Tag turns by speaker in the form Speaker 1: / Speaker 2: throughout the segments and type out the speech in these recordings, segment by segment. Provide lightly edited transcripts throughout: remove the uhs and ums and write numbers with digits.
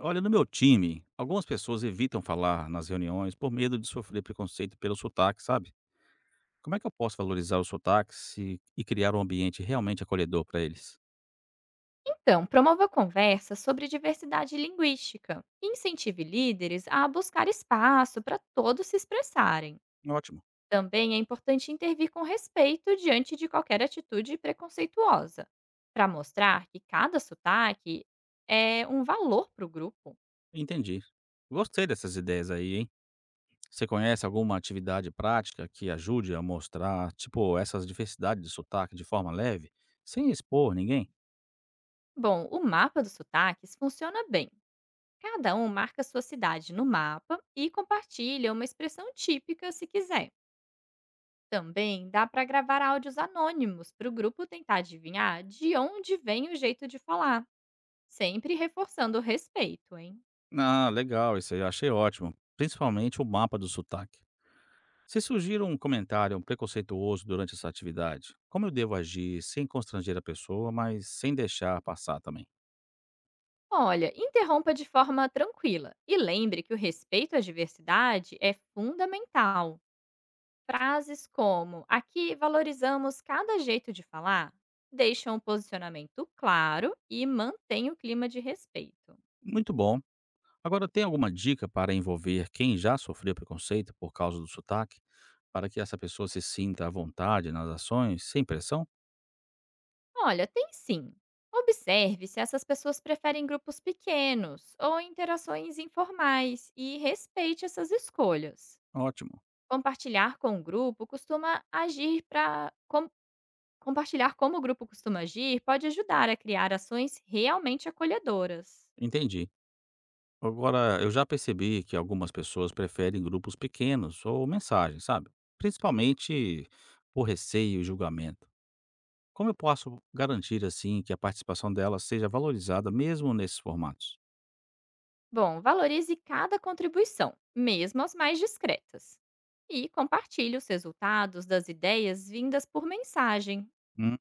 Speaker 1: Olha, no meu time, algumas pessoas evitam falar nas reuniões por medo de sofrer preconceito pelo sotaque, sabe? Como é que eu posso valorizar os sotaques e criar um ambiente realmente acolhedor para eles?
Speaker 2: Então, promova conversas sobre diversidade linguística e incentive líderes a buscar espaço para todos se expressarem.
Speaker 1: Ótimo,
Speaker 2: Também é importante intervir com respeito diante de qualquer atitude preconceituosa, para mostrar que cada sotaque é um valor para o grupo.
Speaker 1: entendi. Gostei dessas ideias aí, hein? Você conhece alguma atividade prática que ajude a mostrar, tipo, essas diversidades de sotaque de forma leve, sem expor ninguém?
Speaker 2: Bom, o mapa dos sotaques funciona bem. Cada um marca sua cidade no mapa e compartilha uma expressão típica se quiser. Também dá para gravar áudios anônimos para o grupo tentar adivinhar de onde vem o jeito de falar, sempre reforçando o respeito, hein?
Speaker 1: Ah, legal, isso aí eu achei ótimo. Principalmente o mapa do sotaque. Se surgir um comentário preconceituoso durante essa atividade, como eu devo agir sem constranger a pessoa, mas sem deixar passar também?
Speaker 2: Olha, interrompa de forma tranquila e lembre que o respeito à diversidade é fundamental. Frases como aqui valorizamos cada jeito de falar deixam o posicionamento claro e mantém o clima de respeito.
Speaker 1: Muito bom. Agora, tem alguma dica para envolver quem já sofreu preconceito por causa do sotaque, para que essa pessoa se sinta à vontade nas ações, sem pressão?
Speaker 2: Olha, tem sim. Observe se essas pessoas preferem grupos pequenos ou interações informais e respeite essas escolhas.
Speaker 1: Ótimo.
Speaker 2: Compartilhar com o grupo costuma agir para. Compartilhar como o grupo costuma agir pode ajudar a criar ações realmente acolhedoras.
Speaker 1: Entendi. Agora, eu já percebi que algumas pessoas preferem grupos pequenos ou mensagens, sabe? Principalmente por receio e julgamento. Como eu posso garantir, assim, que a participação dela seja valorizada mesmo nesses formatos?
Speaker 2: Bom, valorize cada contribuição, mesmo as mais discretas. E compartilhe os resultados das ideias vindas por mensagem.
Speaker 1: Hum,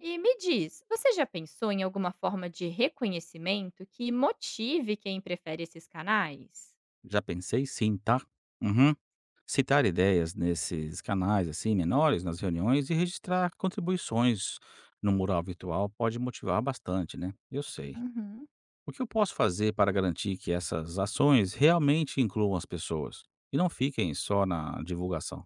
Speaker 2: E me diz, você já pensou em alguma forma de reconhecimento que motive quem prefere esses canais?
Speaker 1: já pensei sim, tá? Uhum. Citar ideias nesses canais, assim, menores, nas reuniões e registrar contribuições no mural virtual pode motivar bastante, né? Eu sei.
Speaker 2: Uhum.
Speaker 1: O que eu posso fazer para garantir que essas ações realmente incluam as pessoas e não fiquem só na divulgação?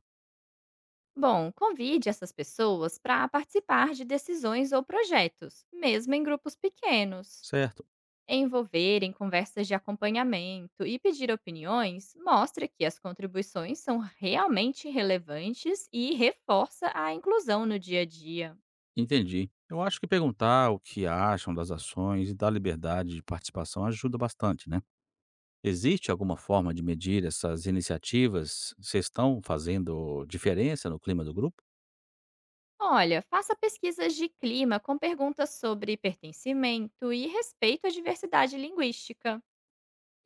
Speaker 2: Bom, convide essas pessoas para participar de decisões ou projetos, mesmo em grupos pequenos.
Speaker 1: Certo?
Speaker 2: Envolver em conversas de acompanhamento e pedir opiniões mostra que as contribuições são realmente relevantes e reforça a inclusão no dia a dia.
Speaker 1: Entendi. Eu acho que perguntar o que acham das ações e dar liberdade de participação ajuda bastante, né? Existe alguma forma de medir essas iniciativas? Vocês estão fazendo diferença no clima do grupo?
Speaker 2: Olha, faça pesquisas de clima com perguntas sobre pertencimento e respeito à diversidade linguística.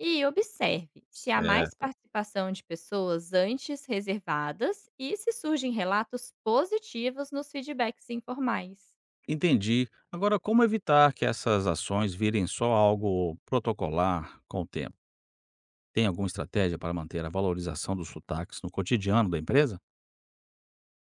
Speaker 2: E observe se há mais
Speaker 1: Certo.
Speaker 2: participação de pessoas antes reservadas e se surgem relatos positivos nos feedbacks informais.
Speaker 1: Entendi. Agora, como evitar que essas ações virem só algo protocolar com o tempo? Tem alguma estratégia para manter a valorização dos sotaques no cotidiano da empresa?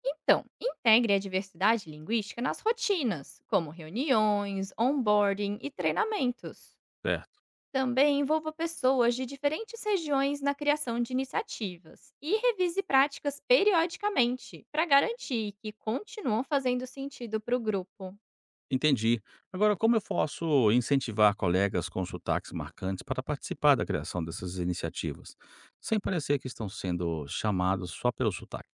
Speaker 2: Então, integre a diversidade linguística nas rotinas, como reuniões, onboarding e treinamentos.
Speaker 1: Certo.
Speaker 2: Também envolva pessoas de diferentes regiões na criação de iniciativas e revise práticas periodicamente para garantir que continuam fazendo sentido para o grupo.
Speaker 1: Entendi. Agora, como eu posso incentivar colegas com sotaques marcantes para participar da criação dessas iniciativas, sem parecer que estão sendo chamados só pelo sotaque?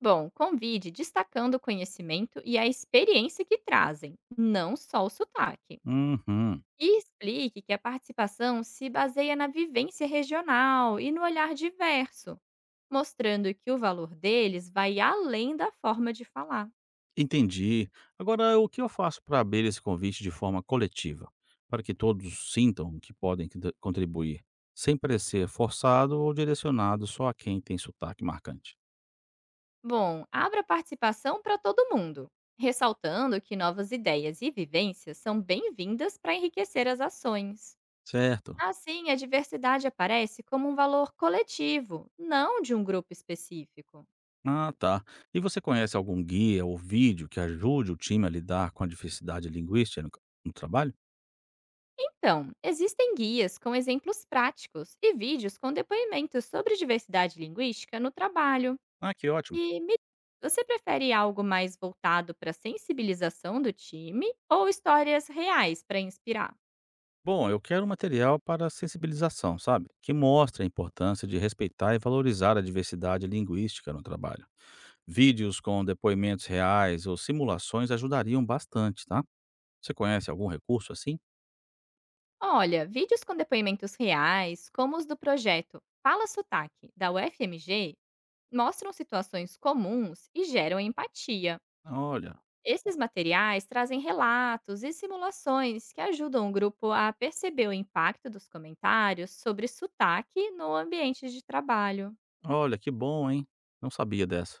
Speaker 2: Bom, convide destacando o conhecimento e a experiência que trazem, não só o sotaque.
Speaker 1: Uhum.
Speaker 2: E explique que a participação se baseia na vivência regional e no olhar diverso, mostrando que o valor deles vai além da forma de falar.
Speaker 1: Entendi. Agora, o que eu faço para abrir esse convite de forma coletiva, para que todos sintam que podem contribuir, sem parecer forçado ou direcionado só a quem tem sotaque marcante?
Speaker 2: Bom, abra a participação para todo mundo, ressaltando que novas ideias e vivências são bem-vindas para enriquecer as ações.
Speaker 1: Certo?
Speaker 2: Assim, a diversidade aparece como um valor coletivo, não de um grupo específico.
Speaker 1: Ah, tá. E você conhece algum guia ou vídeo que ajude o time a lidar com a diversidade linguística no, no trabalho?
Speaker 2: Então, existem guias com exemplos práticos e vídeos com depoimentos sobre diversidade linguística no trabalho.
Speaker 1: Ah, que ótimo.
Speaker 2: E me Você prefere algo mais voltado para sensibilização do time ou histórias reais para inspirar?
Speaker 1: Bom, eu quero material para sensibilização, sabe? Que mostra a importância de respeitar e valorizar a diversidade linguística no trabalho. Vídeos com depoimentos reais ou simulações ajudariam bastante, tá? Você conhece algum recurso assim?
Speaker 2: Olha, vídeos com depoimentos reais, como os do projeto Fala Sotaque, da UFMG, mostram situações comuns e geram empatia.
Speaker 1: Olha,
Speaker 2: Esses materiais trazem relatos e simulações que ajudam o grupo a perceber o impacto dos comentários sobre sotaque no ambiente de trabalho.
Speaker 1: olha que bom, hein? Não sabia dessa.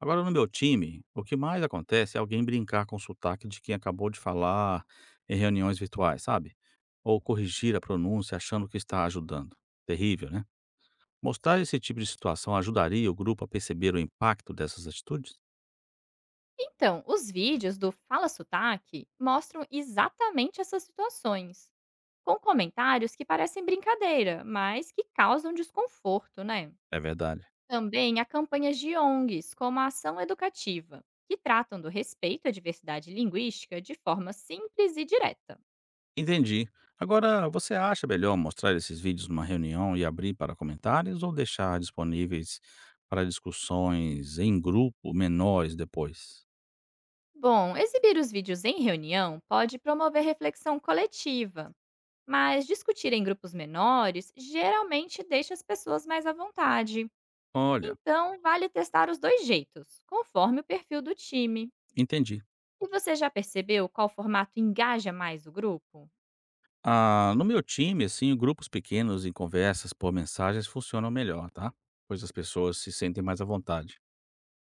Speaker 1: Agora, no meu time, o que mais acontece é alguém brincar com o sotaque de quem acabou de falar em reuniões virtuais, sabe? Ou corrigir a pronúncia achando que está ajudando. Terrível, né? Mostrar esse tipo de situação ajudaria o grupo a perceber o impacto dessas atitudes?
Speaker 2: Então, os vídeos do Fala Sotaque mostram exatamente essas situações, com comentários que parecem brincadeira, mas que causam desconforto, né?
Speaker 1: É verdade.
Speaker 2: Também há campanhas de ONGs, como a Ação Educativa, que tratam do respeito à diversidade linguística de forma simples e direta.
Speaker 1: Entendi. Agora, você acha melhor mostrar esses vídeos numa reunião e abrir para comentários ou deixar disponíveis para discussões em grupo menores depois?
Speaker 2: Bom, exibir os vídeos em reunião pode promover reflexão coletiva, mas discutir em grupos menores geralmente deixa as pessoas mais à vontade.
Speaker 1: Olha,
Speaker 2: Então, vale testar os dois jeitos, conforme o perfil do time.
Speaker 1: entendi.
Speaker 2: E você já percebeu qual formato engaja mais o grupo?
Speaker 1: Ah, no meu time, assim, grupos pequenos em conversas por mensagens funcionam melhor, tá? Pois as pessoas se sentem mais à vontade.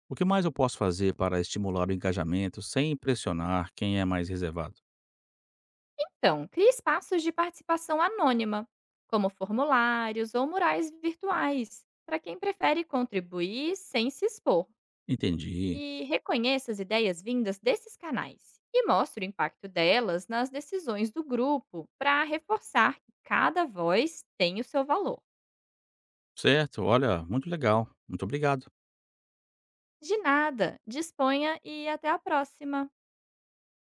Speaker 1: O que mais eu posso fazer para estimular o engajamento sem impressionar quem é mais reservado?
Speaker 2: Então, crie espaços de participação anônima, como formulários ou murais virtuais, para quem prefere contribuir sem se expor.
Speaker 1: Entendi.
Speaker 2: E reconheça as ideias vindas desses canais e mostre o impacto delas nas decisões do grupo para reforçar que cada voz tem o seu valor.
Speaker 1: Certo, olha, muito legal. Muito obrigado.
Speaker 2: De nada, disponha e até a próxima!